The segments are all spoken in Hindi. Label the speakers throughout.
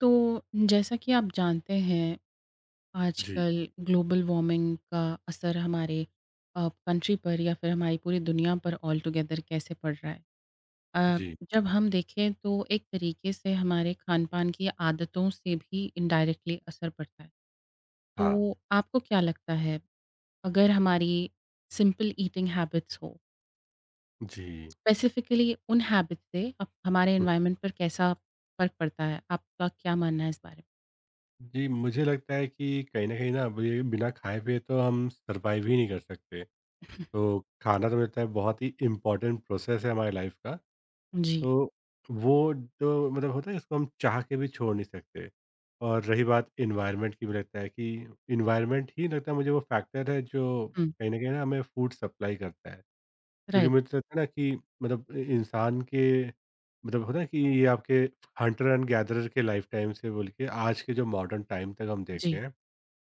Speaker 1: तो जैसा कि आप जानते हैं
Speaker 2: जी,
Speaker 1: आजकल ग्लोबल वार्मिंग का असर हमारे कंट्री पर या फिर हमारी पूरी दुनिया पर ऑल टुगेदर कैसे पड़ रहा है। अ,
Speaker 2: जी।
Speaker 1: जब हम देखें तो एक तरीके से हमारे खान पान की आदतों से भी इनडायरेक्टली असर पड़ता है। तो
Speaker 2: हाँ,
Speaker 1: आपको क्या लगता है, अगर हमारी सिंपल ईटिंग हैबिट्स हो
Speaker 2: जी।
Speaker 1: स्पेसिफिकली, उन हैबिट से हमारे
Speaker 2: हुँ,
Speaker 1: एनवायरनमेंट पर कैसा फर्क पड़ता है? आपका क्या मानना है इस बारे
Speaker 2: जी, मुझे लगता है कि कहीं न कहीं ना अब ये बिना खाए-पिए तो हम सर्वाइव ही नहीं कर सकते।
Speaker 1: में?
Speaker 2: तो खाना तो मुझे लगता है बहुत ही इम्पोर्टेंट प्रोसेस है हमारी लाइफ़ का।
Speaker 1: जी।
Speaker 2: तो वो तो मतलब होता है इसको हम चाह के भी छोड़ नहीं सकते। और रही बात एनवायरनमेंट की, मुझे लगता है कि एनवायरनमेंट ही लगता है मुझे वो फैक्टर है जो कहीं न कहीं ना हमें फूड सप्लाई करता है। क्योंकि
Speaker 1: राइट,
Speaker 2: मुझे तो लगता है ना कि मतलब इ इंसान के मतलब होता है कि ये आपके हंटर एंड गैदरर के लाइफ टाइम से बोल के आज के जो मॉडर्न टाइम तक हम देखते
Speaker 1: जी,
Speaker 2: हैं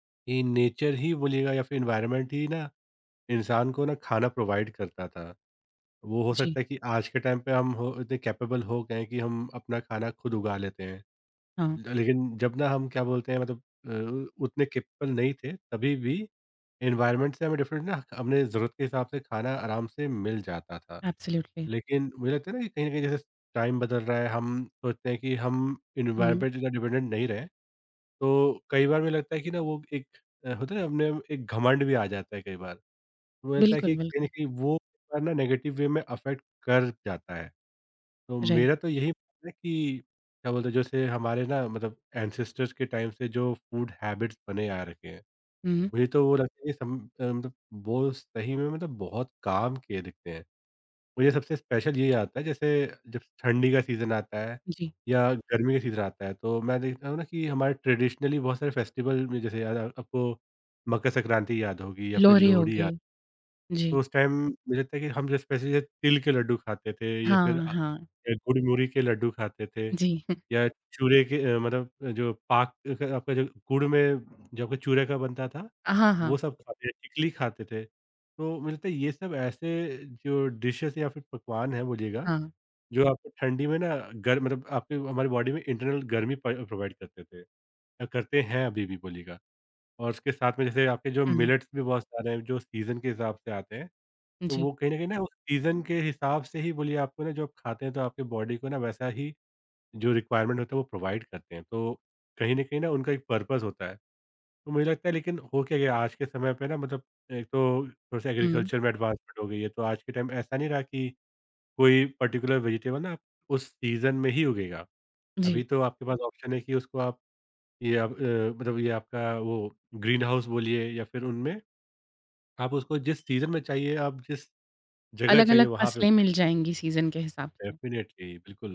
Speaker 2: कि नेचर ही बोलिएगा या फिर एनवायरनमेंट ही ना इंसान को ना खाना प्रोवाइड करता था। वो हो
Speaker 1: जी,
Speaker 2: सकता है कि आज के टाइम पे हम हो इतने कैपेबल हो गए हैं कि हम अपना खाना खुद उगा लेते हैं।
Speaker 1: हाँ,
Speaker 2: ल लेकिन जब ना हम क्या बोलते हैं मतलब उतने कैपेबल नहीं थे तभी भी एनवायरनमेंट से हमें डिफरेंट ना अपने ज़रूरत के हिसाब से खाना आराम से मिल जाता था।
Speaker 1: एब्सोल्युटली।
Speaker 2: लेकिन मुझे लगता है ना कि कहीं न कहीं जैसे टाइम बदल रहा है, हम सोचते हैं कि हम एनवायरनमेंट
Speaker 1: हुँ,
Speaker 2: पे ज़्यादा डिपेंडेंट नहीं रहें। तो कई बार मुझे लगता है कि ना वो एक होता है ना अपने एक घमंड भी आ जाता है कई बार। मुझे लगता है
Speaker 1: बिल्कुल,
Speaker 2: कि कहीं न
Speaker 1: बिल्कुल,
Speaker 2: कहीं वो एक बार ना नेगेटिव वे में अफ़ेक्ट कर जाता है। तो
Speaker 1: राइट,
Speaker 2: मेरा तो यही मानना है कि क्या बोलते हैं जैसे हमारे ना मतलब एंसेस्टर्स के टाइम से जो फूड हैबिट्स बने आ रखे हैं,
Speaker 1: हुँ,
Speaker 2: मुझे तो वो लगता है कि मतलब वो सही में मतलब बहुत काम किए दिखते हैं। मुझे सबसे स्पेशल ये आता है जैसे जब ठंडी का सीज़न आता है
Speaker 1: जी,
Speaker 2: या गर्मी का सीज़न आता है तो मैं देखता हूँ ना कि हमारे ट्रेडिशनली बहुत सारे फेस्टिवल में जैसे आपको मकर संक्रांति याद होगी या फिर
Speaker 1: लोहरी हो
Speaker 2: लोहड़ी
Speaker 1: गई,
Speaker 2: याद,
Speaker 1: जी,
Speaker 2: तो उस टाइम मुझे लगता है कि हम जैसे वैसे ये तिल के लड्डू खाते थे या फिर
Speaker 1: हाँ, हाँ,
Speaker 2: गुड़मुड़ी के लड्डू खाते थे
Speaker 1: जी,
Speaker 2: या चूरे के मतलब जो पाक का आपका जो गुड़ में जो आपका चूरे का बनता था,
Speaker 1: हाँ, हाँ,
Speaker 2: वो सब खाते थे, टिकली खाते थे। तो मुझे लगता है ये सब ऐसे जो डिशेज़ या फिर पकवान हैं बोलिएगा,
Speaker 1: हाँ,
Speaker 2: जो आपको ठंडी में ना गर मतलब आपके हमारी बॉडी में इंटरनल गर्मी प प्रोवाइड करते थे या करते हैं अभी भी बोलिएगा। और उसके साथ में जैसे आपके जो
Speaker 1: हुँ,
Speaker 2: मिलेट्स भी बहुत सारे हैं जो सीज़न के हिसाब से आते हैं। तो
Speaker 1: जी,
Speaker 2: वो कहीं न कहीं ना उस सीज़न के हिसाब से ही बोलिए आपको ना जो आप खाते हैं तो आपके बॉडी को ना वैसा ही जो रिक्वायरमेंट होता है वो प्रोवाइड करते हैं। तो कहीं न कहीं ना उनका एक पर्पस होता है। तो मुझे लगता है, लेकिन हो क्या गया आज के समय पे ना मतलब एक तो थोड़ा-सा
Speaker 1: हुँ,
Speaker 2: एग्रीकल्चर में एडवांसमेंट हो गई है। तो आज के टाइम ऐसा नहीं रहा कि कोई पर्टिकुलर वेजिटेबल ना उस सीज़न में ही उगेगा।
Speaker 1: जी,
Speaker 2: अभी तो आपके पास ऑप्शन है कि उसको आप ये आप मतलब ये आपका वो ग्रीन हाउस बोलिए या फिर उनमें आप उसको जिस सीज़न में चाहिए, आप जिस जगह चाहिए
Speaker 1: अलग-अलग
Speaker 2: वहाँ पे
Speaker 1: फसलें मिल जाएँगी सीज़न के हिसाब से।
Speaker 2: डेफ़िनिटली, बिल्कुल।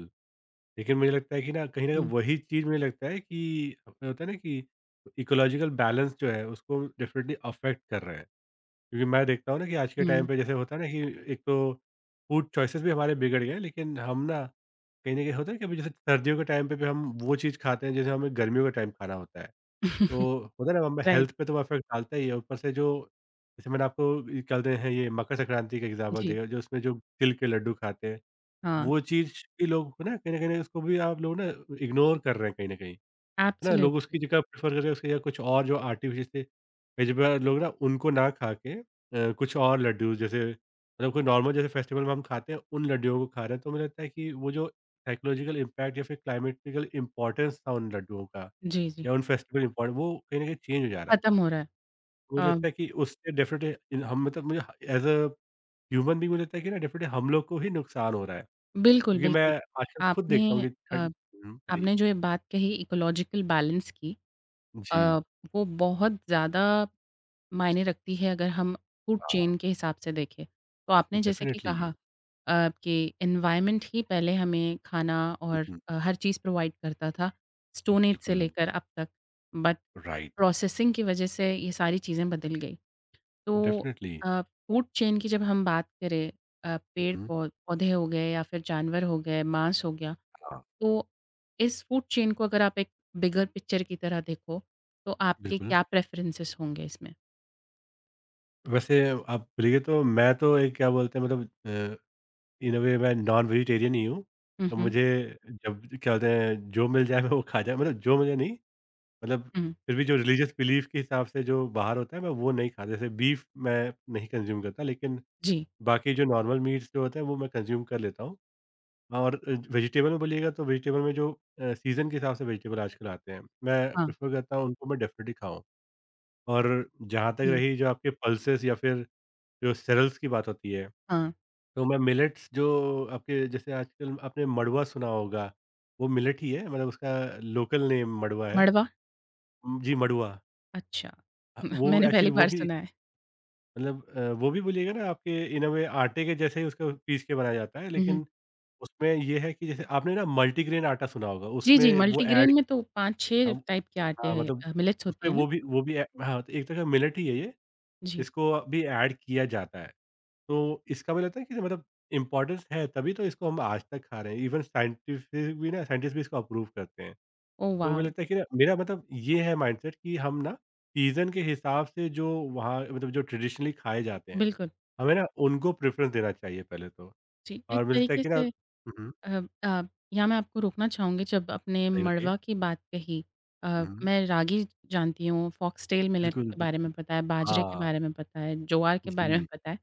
Speaker 2: लेकिन मुझे लगता है कि ना कहीं न कहीं
Speaker 1: हुँ,
Speaker 2: वही चीज़ मुझे लगता है कि अपने होता है ना कि इकोलॉजिकल बैलेंस जो है उसको डेफ़िनिटली अफ़ेक्ट कर रहा है। क्योंकि मैं देखता हूँ ना कि आज के टाइम
Speaker 1: हुँ,
Speaker 2: पे जैसे होता है ना कि एक तो फूड चॉइसेस भी हमारे बिगड़ गए हैं, लेकिन हम ना कहीं न कहीं होता है कि अभी जैसे सर्दियों के टाइम पे भी हम वो चीज़ खाते हैं जैसे हमें गर्मियों के टाइम खाना होता है। तो होता है ना, हमें
Speaker 1: राइट,
Speaker 2: हेल्थ पे तो अफ़ेक्ट डालता ही है, ऊपर से जो जैसे मैंने आपको ये क्या बोलते हैं ये मकर संक्रांति का एग्ज़ाम्पल
Speaker 1: जी,
Speaker 2: दिया जो उसमें जो तिल के लड्डू खाते हैं,
Speaker 1: हाँ,
Speaker 2: वो चीज़ भी लोग ना कहीं न कहीं उसको भी आप लोग ना इग्नोर कर रहे हैं कहीं न कहीं, है ना? लोग
Speaker 1: एब्सोल्युटली,
Speaker 2: उसकी जगह प्रेफ़र कर रहे हैं उसकी जगह कुछ और जो आर्टिफ़िशियल से कई जगह लोग ना उनको ना खा के कुछ और लड्डू जैसे मतलब कोई नॉर्मल जैसे फेस्टिवल में हम खाते हैं उन लड्डुओं को खा रहे हैं। तो मुझे लगता है कि वो जो साइकोलॉजिकल इम्पैक्ट या फिर क्लाइमेटिकल इम्पोर्टेंस था उन लड्डुओं का
Speaker 1: जी, जी,
Speaker 2: या उन फेस्टिवल इम्पॉर्ट वो कहीं न कहीं चेंज हो जा रहा है।
Speaker 1: खत्म हो रहा है।
Speaker 2: मुझे
Speaker 1: अ,
Speaker 2: लगता है कि उससे डेफ़िनेटली इन हम मतलब मुझे एज़ अ ह्यूमन बीइंग मुझे लगता है कि ना डेफ़िनेटली हम लोग को ही नुकसान हो रहा है।
Speaker 1: बिल्कुल,
Speaker 2: क्योंकि मैं
Speaker 1: बिल्कुल,
Speaker 2: आजकल खुद
Speaker 1: आपने
Speaker 2: देखता हूँ कि
Speaker 1: अ,
Speaker 2: ठंड हुँ, बताइए?
Speaker 1: आपने जो ये बात कही इकोलॉजिकल बैलेंस की। अ,
Speaker 2: जी।
Speaker 1: वो बहुत ज़्यादा मायने रखती है, अगर हम फूड चेन
Speaker 2: हाँ।
Speaker 1: के हिसाब से देखें। तो आपने जैसे कि कहा
Speaker 2: डेफ़िनिटली।
Speaker 1: कि एनवायरनमेंट ही पहले हमें खाना
Speaker 2: हुँ,
Speaker 1: और
Speaker 2: हुँ।
Speaker 1: हर चीज़ प्रोवाइड करता था, स्टोन एज से
Speaker 2: बिल्कुल,
Speaker 1: लेकर अब तक। But
Speaker 2: right.
Speaker 1: प्रोसेसिंग की वजह से ये सारी चीज़ें बदल गई। तो
Speaker 2: डेफ़िनिटली।
Speaker 1: अ, फूड चेन की जब हम बात करें, पेड़
Speaker 2: हुँ।
Speaker 1: पौ पौधे हो गए या फिर जानवर हो गए, मांस हो गया,
Speaker 2: हाँ।
Speaker 1: तो इस फूड चेन को अगर आप एक बिगर पिक्चर की तरह देखो, तो आपके
Speaker 2: बिल्कुल।
Speaker 1: क्या प्रेफ़रेंसेस होंगे इसमें?
Speaker 2: वैसे आप बोलिए तो मैं तो एक क्या बोलते हैं मतलब इन अ वे मैं नॉन वेजिटेरियन ही हूँ।
Speaker 1: हुँ,
Speaker 2: तो
Speaker 1: हुँ।
Speaker 2: मुझे जब क्या बोलते हैं जो मिल जाए मैं वो खा जाए मतलब जो मुझे नहीं मतलब
Speaker 1: हुँ।
Speaker 2: फिर भी जो रिलीजियस बिलीफ के हिसाब से जो बाहर होता है मैं वो नहीं खाता। जैसे बीफ मैं नहीं कंज़्यूम करता, लेकिन
Speaker 1: जी,
Speaker 2: बाकी जो नॉर्मल मीट्स जो होते हैं वो मैं कंज़्यूम कर लेता हूँ। हाँ, और वेजिटेबल में बोलिएगा तो वेजिटेबल में जो सीज़न के हिसाब से वेजिटेबल आजकल आते हैं, मैं
Speaker 1: हाँ,
Speaker 2: प्रेफ़र करता हूँ उनको मैं डेफ़िनेटली खाऊँ। और जहाँ तक
Speaker 1: हुँ,
Speaker 2: रही जो आपके पल्सेस या फिर जो सेरेल्स की बात होती है,
Speaker 1: हाँ,
Speaker 2: तो मैं मिलेट्स जो आपके जैसे आजकल आपने मड़ुआ सुना होगा, वो मिलेट ही है मतलब उसका लोकल नेम मड़ुआ है।
Speaker 1: मड़वा?
Speaker 2: जी, मड़ुआ।
Speaker 1: अच्छा,
Speaker 2: वो
Speaker 1: मैंने पहली
Speaker 2: एक्चुअली वो
Speaker 1: बार
Speaker 2: भी
Speaker 1: सुना है।
Speaker 2: मतलब वो भी बोलिएगा ना आपके इन अ वे आटे के जैसे ही उसको पीस के बनाया जाता है,
Speaker 1: हुँ, हुँ।
Speaker 2: लेकिन उसमें ये है कि जैसे आपने ना मल्टीग्रेन आटा सुना होगा,
Speaker 1: जी, जी,
Speaker 2: उसमें वो ऐड
Speaker 1: मल्टीग्रेन में तो 5-6
Speaker 2: हम
Speaker 1: टाइप के आटे
Speaker 2: हाँ, मतलब
Speaker 1: मिलेट्स होती
Speaker 2: उसमें
Speaker 1: है ना?
Speaker 2: वो भी ए हाँ, तो एक तरह का मिलेट ही है ये,
Speaker 1: जी।
Speaker 2: इसको भी ऐड किया जाता है। तो इसका मुझे लगता है कि मतलब इम्पोर्टेंस है, तभी तो इसको हम आज तक खा रहे हैं। इवन साइंटिफिक भी ना साइंटिस्ट भी इसको अप्रूव करते हैं।
Speaker 1: ओह
Speaker 2: तो मुझे
Speaker 1: वाओ!
Speaker 2: लगता है कि ना मेरा मतलब ये है माइंडसेट कि हम ना सीज़न के हिसाब से जो वहाँ मतलब जो ट्रेडिशनली खाए जाते हैं,
Speaker 1: बिल्कुल,
Speaker 2: हमें ना उनको प्रेफ़रेंस देना चाहिए पहले तो।
Speaker 1: जी, एक
Speaker 2: और मुझे लगता है
Speaker 1: तरीके
Speaker 2: कि ना
Speaker 1: से
Speaker 2: हुँ, हुँ,
Speaker 1: अ अ, यहाँ मैं आपको रोकना चाहूँगी जब आपने
Speaker 2: बताइए, बताइए?
Speaker 1: मड़वा की बात कही।
Speaker 2: हुँ,
Speaker 1: मैं रागी जानती हूँ, फॉक्सटेल मिलेट
Speaker 2: बिल्कुल,
Speaker 1: के बारे में
Speaker 2: बिल्कुल।
Speaker 1: पता है, बाजरे के
Speaker 2: हाँ,
Speaker 1: बारे में पता है, ज्वार के बारे में
Speaker 2: जी,
Speaker 1: पता है।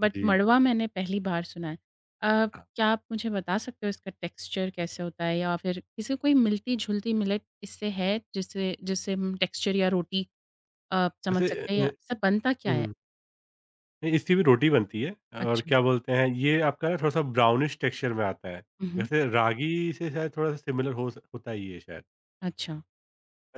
Speaker 1: बट
Speaker 2: जी।
Speaker 1: मड़वा मैंने पहली बार सुना है। अ,
Speaker 2: हाँ।
Speaker 1: क्या आप मुझे बता सकते हो इसका टेक्सचर
Speaker 2: जी।
Speaker 1: कैसे होता है, या फिर किसी कोई मिलती-जुलती मिलेट इससे है जिससे जिससे हम टेक्सचर या रोटी समझ
Speaker 2: वैसे
Speaker 1: सकते हैं, या सब बनता क्या है?
Speaker 2: हुँ, इसकी भी रोटी बनती है और
Speaker 1: अच्छा।
Speaker 2: क्या बोलते हैं ये आपका ना थोड़ा-सा ब्राउनिश टेक्सचर में आता है।
Speaker 1: हुँ, हुँ।
Speaker 2: जैसे रागी से शायद थोड़ा-सा सिमिलर हो स होता ही है ये शायद।
Speaker 1: अच्छा।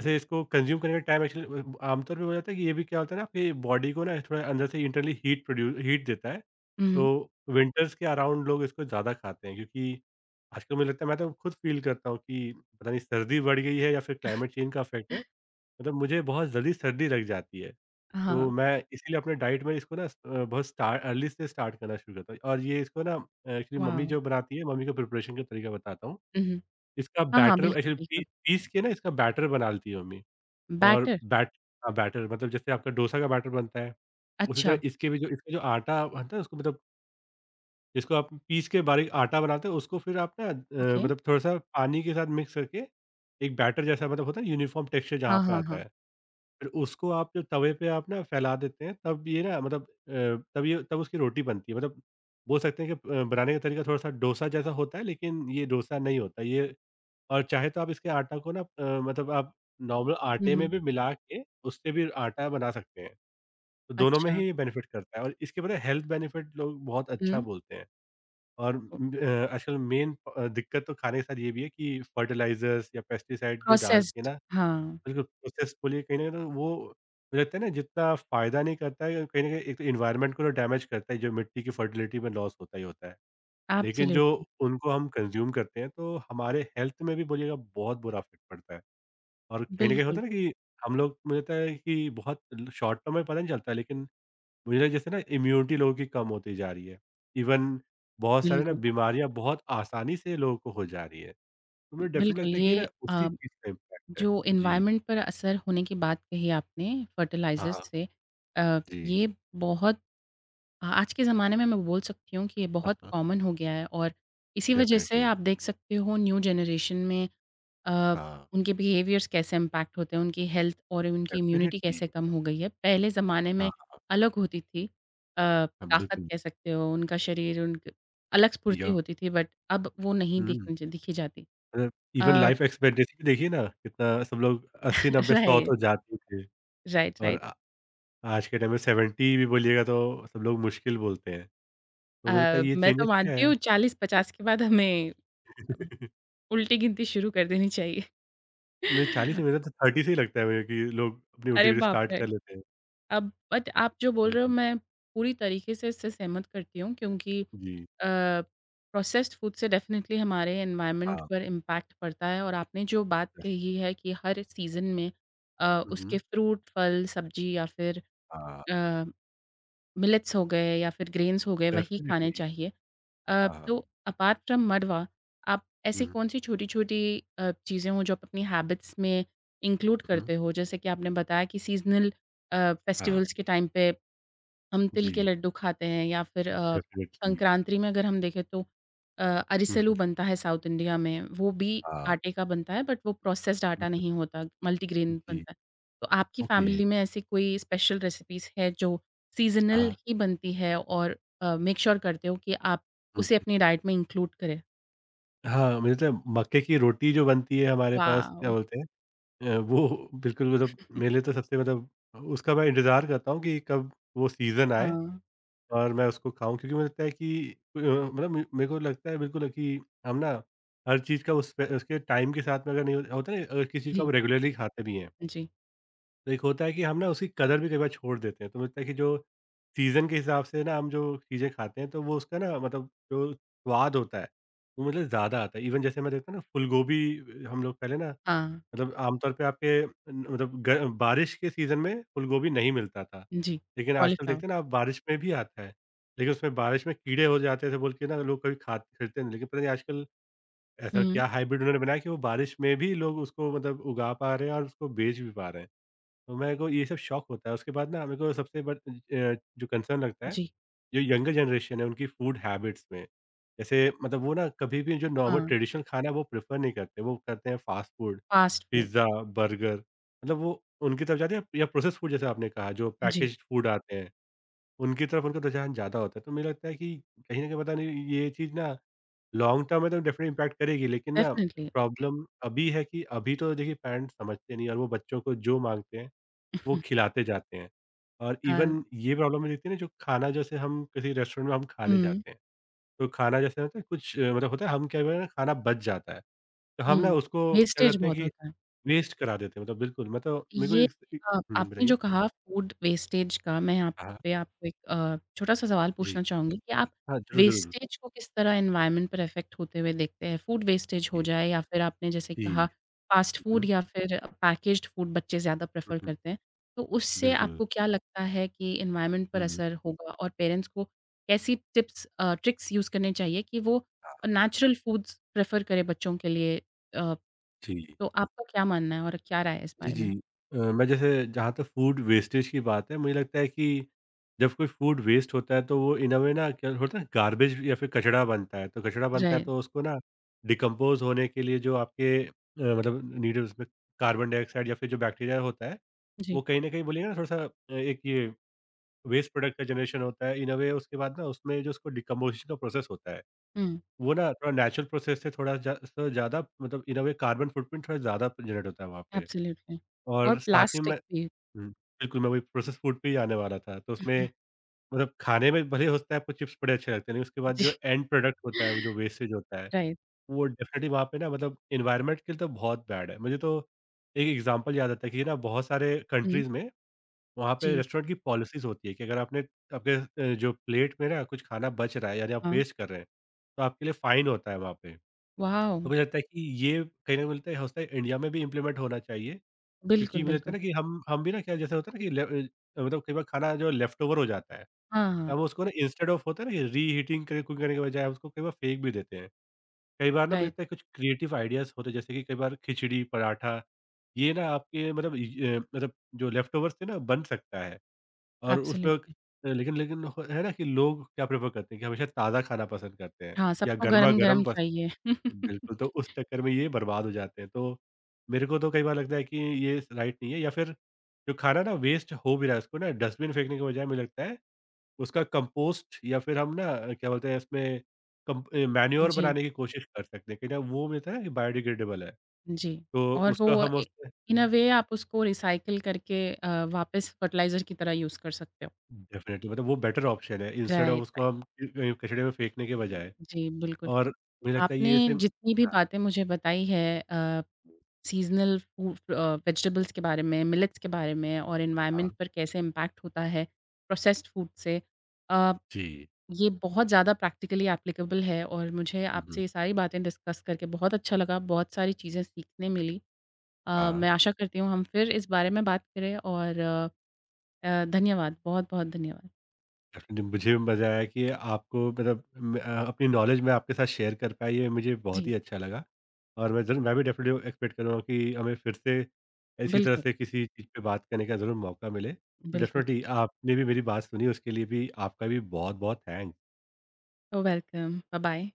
Speaker 2: ऐसे इसको कंज़्यूम करने का टाइम एक्चुअली आमतौर पे हो जाता है कि ये भी क्या होता है ना आपकी बॉडी को ना थोड़ा अंदर से इंटरनली हीट प्रोड्यूस हीट देता है।
Speaker 1: हुँ,
Speaker 2: तो
Speaker 1: हुँ।
Speaker 2: विंटर्स के अराउंड लोग इसको ज़्यादा खाते हैं क्योंकि आजकल मुझे लगता है मैं तो खुद फ़ील करता हूँ कि पता नहीं सर्दी बढ़ गई है या फिर क्लाइमेट चेंज का इफ़ेक्ट है। मतलब मुझे बहुत जल्दी सर्दी लग जाती है। तो
Speaker 1: हाँ,
Speaker 2: मैं इसीलिए अपने डाइट में इसको ना बहुत स्टार्ट अर्ली से स्टार्ट करना शुरू करता हूँ और ये इसको ना एक्चुअली मम्मी
Speaker 1: वाव!
Speaker 2: जो बनाती है मम्मी का प्रिपरेशन का तरीका बताता हूँ।
Speaker 1: हुँ, हुँ।
Speaker 2: इसका
Speaker 1: हाँ, हाँ,
Speaker 2: बैटर
Speaker 1: बिल्कुल,
Speaker 2: एक्चुअली पी
Speaker 1: बिल्कुल।
Speaker 2: पीस के ना इसका बैटर बना लेती है मम्मी। और
Speaker 1: बैटर?
Speaker 2: बैटर मतलब जैसे आपका डोसा का बैटर बनता है, उसी तरह
Speaker 1: अच्छा,
Speaker 2: इसके भी जो इसका जो आटा बनता है उसको मतलब जिसको आप पीस के बारीक आटा बनाते हो उसको फिर आप ना
Speaker 1: ओके।
Speaker 2: मतलब थोड़ा-सा पानी के साथ मिक्स करके एक बैटर जैसा मतलब होता है ना यूनिफ़ॉर्म टेक्सचर जहाँ
Speaker 1: हाँ,
Speaker 2: पे
Speaker 1: हाँ,
Speaker 2: आता
Speaker 1: हाँ।
Speaker 2: है। फिर उसको आप जो तवे पे आप ना फैला देते हैं तब ये ना मतलब अ, तब ये तब उसकी रोटी बनती है। मतलब बोल सकते हैं कि बनाने का तरीका थोड़ा-सा डोसा जैसा होता है, लेकिन ये डोसा नहीं होता ये और चाहे तो आप इसके आटा को ना मतलब आप नॉर्मल
Speaker 1: हुँ,
Speaker 2: आटे में
Speaker 1: हुँ।
Speaker 2: भी मिला के उससे भी आटा बना सकते हैं। तो दोनों में
Speaker 1: अच्छा।
Speaker 2: ही ये बेनिफिट करता है और इसके पता है हेल्थ बेनिफिट लोग बहुत अच्छा
Speaker 1: हुँ।
Speaker 2: बोलते हैं। और आजकल मेन दिक्कत तो खाने के साथ ये भी है कि फर्टिलाइज़र्स या पेस्टिसाइड जो डाल के
Speaker 1: प्रोसेस्ड,
Speaker 2: ना
Speaker 1: हाँ,
Speaker 2: बिल्कुल प्रोसेसफुली कहीं न कहीं तो वो मुझे लगता है ना जितना फ़ायदा नहीं करता है कहीं न कहीं एक तो एनवायरनमेंट को तो डैमेज करता है जो मिट्टी की फर्टिलिटी में लॉस होता ही होता है। लेकिन जो
Speaker 1: एब्सोल्युटली।
Speaker 2: उनको हम कंज़्यूम करते हैं तो हमारे हेल्थ में भी बोलिएगा बहुत बुरा इफ़ेक्ट पड़ता है। और कहीं न कहीं
Speaker 1: बिल्कुल,
Speaker 2: होता है ना कि हम लोग मुझे लगता है कि बहुत ल शॉर्ट टर्म में पता नहीं चलता है, लेकिन मुझे लगता है जैसे ना इम्यूनिटी लोगों की कम होती जा रही है। इवन बहुत सारे ना
Speaker 1: बिल्कुल।
Speaker 2: बीमारियाँ बहुत आसानी से लोगों को हो जा रही है। तो मुझे डेफिनेटली
Speaker 1: बिल्कुल,
Speaker 2: लगता है कि
Speaker 1: ये
Speaker 2: ना
Speaker 1: अ
Speaker 2: उसी चीज़ का इम्पैक्ट है।
Speaker 1: जो
Speaker 2: जी।
Speaker 1: एनवायरनमेंट पर असर होने की बात कही आपने
Speaker 2: हाँ,
Speaker 1: फर्टिलाइज़र्स
Speaker 2: हाँ।
Speaker 1: से। अ,
Speaker 2: जी।
Speaker 1: ये बहुत आज के ज़माने में मैं बोल सकती हूँ कि ये
Speaker 2: हाँ,
Speaker 1: बहुत
Speaker 2: हाँ।
Speaker 1: कॉमन हो गया है, और इसी वजह से
Speaker 2: डेफिनेटली।
Speaker 1: आप देख सकते हो न्यू जनरेशन में अ,
Speaker 2: हाँ,
Speaker 1: उनके बिहेवियर्स कैसे इम्पैक्ट होते हैं, उनकी हेल्थ और उनकी इम्यूनिटी
Speaker 2: डेफिनेटली।
Speaker 1: कैसे कम हो गई है। पहले ज़माने
Speaker 2: हाँ,
Speaker 1: में अलग होती थी
Speaker 2: हाँ,
Speaker 1: ताकत
Speaker 2: बिल्कुल।
Speaker 1: कह सकते हो, उनका शरीर उनक अलग स्फूर्ति
Speaker 2: या
Speaker 1: होती थी, बट अब वो नहीं
Speaker 2: हुँ,
Speaker 1: दिखी जाती।
Speaker 2: मतलब इवन
Speaker 1: अ,
Speaker 2: लाइफ एक्सपेक्टेंसी भी देखिए ना कितना सब लोग 80, 90, 100
Speaker 1: राइट,
Speaker 2: तो जाते ही थे
Speaker 1: राइट,
Speaker 2: और
Speaker 1: राइट।
Speaker 2: आज के टाइम में 70 भी बोलिएगा तो सब लोग मुश्किल बोलते हैं। तो मुझे लगता है ये
Speaker 1: मैं तो
Speaker 2: चेंजेज़ क्या
Speaker 1: मानती
Speaker 2: है?
Speaker 1: हूँ 40-50 के बाद हमें अब उल्टी गिनती शुरू कर देनी चाहिए।
Speaker 2: मुझे 40 से मेरा तो 30 से ही लगता है मुझे कि लोग अपनी
Speaker 1: अरे
Speaker 2: उल्टी-गिल्टी
Speaker 1: बाप
Speaker 2: स्टार्ट
Speaker 1: रे!
Speaker 2: कर लेते हैं।
Speaker 1: अब बट आप जो बोल
Speaker 2: हुँ,
Speaker 1: रहे हो
Speaker 2: हुँ।
Speaker 1: मैं पूरी तरीके से इससे सहमत करती हूँ, क्योंकि
Speaker 2: जी।
Speaker 1: अ, प्रोसेस्ड फूड से डेफ़िनेटली हमारे एनवायरनमेंट
Speaker 2: हाँ,
Speaker 1: पर इम्पैक्ट पड़ता है, और आपने जो बात
Speaker 2: यस।
Speaker 1: कही है कि हर सीज़न में
Speaker 2: हुँ,
Speaker 1: उसके
Speaker 2: हुँ।
Speaker 1: फ्रूट, फल, सब्ज़ी या फिर
Speaker 2: हाँ,
Speaker 1: अ मिलेट्स हो गए या फिर ग्रेन्स हो गए, वही खाने
Speaker 2: डेफ़िनिटली।
Speaker 1: चाहिए।
Speaker 2: हाँ, हाँ।
Speaker 1: तो अपार्ट फ्रॉम मडवा, आप ऐसी
Speaker 2: हुँ,
Speaker 1: कौन-सी छोटी-छोटी चीज़ें हो जो आप अपनी हैबिट्स में इंक्लूड
Speaker 2: हुँ।
Speaker 1: करते हो? जैसे कि आपने बताया कि सीज़नल
Speaker 2: हाँ,
Speaker 1: फेस्टिवल्स के टाइम पे हम तिल के
Speaker 2: जी,
Speaker 1: लड्डू खाते हैं, या फिर
Speaker 2: डेफ़िनिटली।
Speaker 1: संक्रांति में अगर हम देखें तो
Speaker 2: हुँ,
Speaker 1: अरिसलू
Speaker 2: हुँ।
Speaker 1: बनता है साउथ इंडिया में, वो भी
Speaker 2: हाँ,
Speaker 1: आटे का बनता है, बट वो प्रोसेस्ड आटा
Speaker 2: बिल्कुल।
Speaker 1: नहीं होता, मल्टीग्रेन
Speaker 2: जी,
Speaker 1: बनता है। तो आपकी
Speaker 2: ओके।
Speaker 1: फैमिली में ऐसी कोई स्पेशल रेसिपीज़ है जो सीज़नल
Speaker 2: हाँ।
Speaker 1: ही बनती है, और मेक श्योर करते हो कि आप
Speaker 2: हुँ,
Speaker 1: उसे
Speaker 2: हुँ,
Speaker 1: अपनी
Speaker 2: हुँ।
Speaker 1: डाइट में इंक्लूड करें?
Speaker 2: हाँ, मुझे लगता है मक्के की रोटी जो बनती है हमारे पास क्या
Speaker 1: वॉव!
Speaker 2: बोलते हैं वो बिल्कुल मतलब मेरे लिए तो सबसे मतलब उसका मैं इंतज़ार करता हूँ कि कब वो सीज़न आए
Speaker 1: हाँ,
Speaker 2: और मैं उसको खाऊँ क्योंकि मुझे लगता है कि मतलब मे मेरे को लगता है बिल्कुल कि हम ना हर चीज़ का उस पे उसके टाइम के साथ में अगर नहीं होता होता है ना अगर किसी चीज़ को
Speaker 1: जी,
Speaker 2: आप रेगुलरली खाते भी हैं,
Speaker 1: जी,
Speaker 2: तो एक होता है कि हम ना उसकी कदर भी कई बार छोड़ देते हैं। तो मुझे लगता है कि जो सीज़न के हिसाब से ना हम जो चीज़ें खाते हैं तो वो उसका ना मतलब जो स्वाद होता है, वो मतलब ज़्यादा आता है। इवन जैसे मैं देखता हूँ ना फूलगोभी हम लोग पहले ना
Speaker 1: हाँ,
Speaker 2: मतलब आमतौर पे आपके न मतलब ग बारिश के सीज़न में फ़ूलगोभी नहीं मिलता था।
Speaker 1: जी,
Speaker 2: लेकिन आजकल
Speaker 1: कॉलीफ्लावर,
Speaker 2: देखते हैं ना आप बारिश में भी आता है। लेकिन उसमें बारिश में कीड़े हो जाते थे बोल के ना लोग कभी खाद खरीदते नहीं। लेकिन पता नहीं आजकल ऐसा
Speaker 1: हुँ,
Speaker 2: क्या हाइब्रिड उन्होंने बनाया कि वो बारिश में भी लोग उसको मतलब उगा पा रहे हैं और उसको बेच भी पा रहे हैं। तो मेरे को ये सब शौक होता है। उसके बाद ना मेरे को सबसे जो कंसर्न लगता है
Speaker 1: जी,
Speaker 2: जो यंगर जनरेशन है उनकी फूड हैबिट्स में। जैसे मतलब वो ना कभी भी जो नॉर्मल
Speaker 1: हाँ,
Speaker 2: ट्रेडिशनल खाना है वो प्रेफ़र नहीं करते। वो करते हैं fast food.
Speaker 1: Fast food,
Speaker 2: pizza, burger मतलब वो उनकी तरफ जाते हैं या प्रोसेस्ड फूड जैसे आपने कहा जो
Speaker 1: जी,
Speaker 2: पैकेज्ड फूड आते हैं, उनकी तरफ उनका रुझान ज़्यादा होता है। तो मुझे लगता है कि कहीं न कहीं पता नहीं ये चीज़ ना लॉन्ग टर्म में तो डेफ़िनेटली इम्पैक्ट करेगी लेकिन ना
Speaker 1: डेफिनिटली।
Speaker 2: प्रॉब्लम अभी है कि अभी तो देखिए पेरेंट्स समझते नहीं और वो बच्चों को जो माँगते हैं, वो
Speaker 1: अ
Speaker 2: खिलाते जाते हैं। और इवन ये प्रॉब्लम में देखते हैं ना जो खाना जैसे हम किसी रेस्टोरेंट में हम खाने
Speaker 1: हुँ,
Speaker 2: जाते हैं, तो खाना जैसे होता है कुछ मतलब होता है हम क्या करते हैं, खाना बच जाता है। तो हम
Speaker 1: हुँ,
Speaker 2: ना उसको क्या
Speaker 1: वेस्टेज
Speaker 2: करते हैं
Speaker 1: बहुत
Speaker 2: कि
Speaker 1: होता है।
Speaker 2: वेस्ट करा देते हैं मतलब बिल्कुल, मैं तो मेरे को
Speaker 1: ये
Speaker 2: इस इ हुँ,
Speaker 1: आपने
Speaker 2: बताइए?
Speaker 1: जो कहा फूड वेस्टेज का, मैं यहाँ
Speaker 2: हाँ।
Speaker 1: पे आपको एक छोटा-सा सवाल
Speaker 2: जी।
Speaker 1: पूछना चाहूँगी कि आप
Speaker 2: हाँ, ज़रूर, ज़रूर।
Speaker 1: वेस्टेज को किस तरह एनवायरनमेंट पर इफ़ेक्ट होते हुए देखते हैं? फूड वेस्टेज हो
Speaker 2: जी।
Speaker 1: जाए या फिर आपने जैसे
Speaker 2: जी।
Speaker 1: कहा फ़ास्ट फूड
Speaker 2: हुँ,
Speaker 1: या फिर पैकेज्ड फूड बच्चे ज़्यादा
Speaker 2: हुँ,
Speaker 1: प्रेफ़र
Speaker 2: हुँ,
Speaker 1: करते हैं, तो उससे
Speaker 2: बिल्कुल।
Speaker 1: आपको क्या लगता है कि एनवायरनमेंट पर
Speaker 2: हुँ।
Speaker 1: असर होगा, और पेरेंट्स को कैसी टिप्स ट्रिक्स यूज़ करने चाहिए कि वो
Speaker 2: हाँ,
Speaker 1: नेचुरल फूड्स प्रेफ़र करें बच्चों के लिए? अ
Speaker 2: जी।
Speaker 1: तो आपका क्या मानना है और क्या राय है इस
Speaker 2: जी,
Speaker 1: बारे
Speaker 2: जी।
Speaker 1: में?
Speaker 2: मैं जैसे जहाँ तक फूड वेस्टेज की बात है, मुझे लगता है कि जब कोई फूड वेस्ट होता है तो वो इन अ वे ना क्या होता है गार्बेज या फिर कचरा बनता है, तो कचरा बनता है
Speaker 1: राय,
Speaker 2: तो उसको ना डिकम्पोज़ होने के लिए जो आपके मतलब नीड है उसमें कार्बन डाइऑक्साइड या फिर जो बैक्टीरिया होता है,
Speaker 1: जी,
Speaker 2: वो कहीं न कहीं बोलिए ना थोड़ा-सा एक ये वेस्ट प्रोडक्ट का जनरेशन होता है इन अ वे उसके बाद ना उसमें जो उसको डिकम्पोज़िशन का प्रोसेस होता है,
Speaker 1: हुँ,
Speaker 2: वो ना थोड़ा नेचुरल प्रोसेस से थोड़ा जा सा ज़्यादा मतलब इन अ वे कार्बन फुटप्रिंट थोड़ा ज़्यादा जनरेट होता है वहाँ पे।
Speaker 1: एब्सोल्युटली। और
Speaker 2: और साथ ही में
Speaker 1: प्लास्टिक भी।
Speaker 2: हुँ, बिल्कुल मैं वही प्रोसेस्ड फूड पे ही आने वाला था। तो उसमें मतलब खाने में भले हो सकता है आपको चिप्स बड़े अच्छे लगते हैं, लेकिन उसके बाद जो
Speaker 1: जी,
Speaker 2: एंड प्रोडक्ट होता है, वो जो वेस्टेज होता है,
Speaker 1: राइट,
Speaker 2: वो डेफ़िनिटली वहाँ पे ना मतलब एनवायरनमेंट के लिए तो बहुत बैड है। मुझे तो एक एग्ज़ाम्पल याद आता है कि ना बहुत सारे
Speaker 1: हुँ,
Speaker 2: कंट्रीज़ में वहाँ पे
Speaker 1: जी,
Speaker 2: रेस्टोरेंट की पॉलिसीज़ होती है कि अगर आपने आपके जो प्लेट में ना कुछ खाना बच रहा है यानी आप
Speaker 1: हाँ,
Speaker 2: वेस्ट कर रहे हैं, तो आपके लिए फ़ाइन होता है वहाँ पे।
Speaker 1: वॉव!
Speaker 2: तो मुझे लगता है कि ये कहीं न मिलता है हो सकता है इंडिया में भी इम्प्लीमेंट होना चाहिए,
Speaker 1: बिल्कुल,
Speaker 2: क्योंकि मुझे लगता
Speaker 1: बिल्कुल।
Speaker 2: है ना कि हम भी ना क्या जैसे होता है ना कि मतलब कई बार खाना जो लेफ्टओवर हो जाता है,
Speaker 1: हाँ, हाँ,
Speaker 2: हम उसको ना इंस्टेड ऑफ होता है ना कि रीहीटिंग करे कुक करने के बजाय हम उसको कई बार फेंक भी देते हैं। कई बार ना मुझे
Speaker 1: राइट,
Speaker 2: लगता है कुछ क्रिएटिव आइडियाज़ होते हैं जैसे कि कई बार खिचड़ी, पराठा ये ना आपके मतलब मतलब जो लेफ्टओवर्स थे ना बन सकता है। और उसमें क
Speaker 1: एब्सोल्युटली,
Speaker 2: लेकिन लेकिन ह है ना कि लोग क्या प्रेफ़र करते हैं कि हमेशा ताज़ा खाना पसंद करते हैं
Speaker 1: हाँ,
Speaker 2: या
Speaker 1: सबको गरम-गरम
Speaker 2: गरमा-गरम पस
Speaker 1: चाहिए।
Speaker 2: बिल्कुल, तो उस चक्कर में ये बर्बाद हो जाते हैं। तो मेरे को तो कई बार लगता है कि ये स राइट नहीं है या फिर जो खाना ना वेस्ट हो भी रहा है, उसको ना डस्टबिन फेंकने के बजाय मुझे लगता है उसका कंपोस्ट या फिर हम ना क्या बोलते हैं इसमें मैन्योर
Speaker 1: जी,
Speaker 2: बनाने की कोशिश कर सकते हैं, क्योंकि वो मिलता है ना कि बायोडिग्रेडेबल है।
Speaker 1: जी।
Speaker 2: तो
Speaker 1: और वो
Speaker 2: उसका हम
Speaker 1: ए
Speaker 2: उसमें
Speaker 1: इन अ वे आप उसको रिसाइकिल करके वापस फर्टिलाइज़र की तरह यूज़ कर सकते हो।
Speaker 2: डेफ़िनिटली मतलब वो बेटर ऑप्शन है, इंस्टेड ऑफ
Speaker 1: राइट,
Speaker 2: उसको
Speaker 1: राइट,
Speaker 2: हम कहीं कचड़े में फेंकने के बजाय।
Speaker 1: जी, बिल्कुल।
Speaker 2: और मुझे लगता है
Speaker 1: आपने
Speaker 2: ये सिर्फ़
Speaker 1: जितनी भी
Speaker 2: हाँ,
Speaker 1: बातें मुझे बताई है अ सीज़नल फूड, वेजिटेबल्स के बारे में, मिलेट्स के बारे में और एनवायरनमेंट
Speaker 2: हाँ।
Speaker 1: पर कैसे इम्पैक्ट होता है प्रोसेस्ड फूड से। अ,
Speaker 2: जी।
Speaker 1: ये बहुत ज़्यादा प्रैक्टिकली एप्लीकेबल है, और मुझे
Speaker 2: हुँ,
Speaker 1: आपसे
Speaker 2: हुँ।
Speaker 1: ये सारी बातें डिस्कस करके बहुत अच्छा लगा, बहुत सारी चीज़ें सीखने मिली।
Speaker 2: हाँ।
Speaker 1: मैं आशा करती हूँ हम फिर इस बारे में बात करें, और धन्यवाद, बहुत-बहुत धन्यवाद।
Speaker 2: डेफ़िनेटली मुझे भी मज़ा आया कि आपको मतलब मैं अपनी नॉलेज मैं आपके साथ शेयर कर पाया, ये मुझे बहुत
Speaker 1: जी,
Speaker 2: ही अच्छा लगा। और मैं ज़रूर मैं भी डेफ़िनेटली एक्सपेक्ट करूँगा कि हमें फिर से इसी तरह
Speaker 1: बिल्कुल,
Speaker 2: से किसी चीज़ पे बात करने का ज़रूर मौका मिले। तो
Speaker 1: बिल्कुल।
Speaker 2: डेफ़िनेटली आपने भी मेरी बात सुनी, उसके लिए भी आपका भी बहुत-बहुत थैंक्स।
Speaker 1: ओह, वेलकम। बाय-बाय।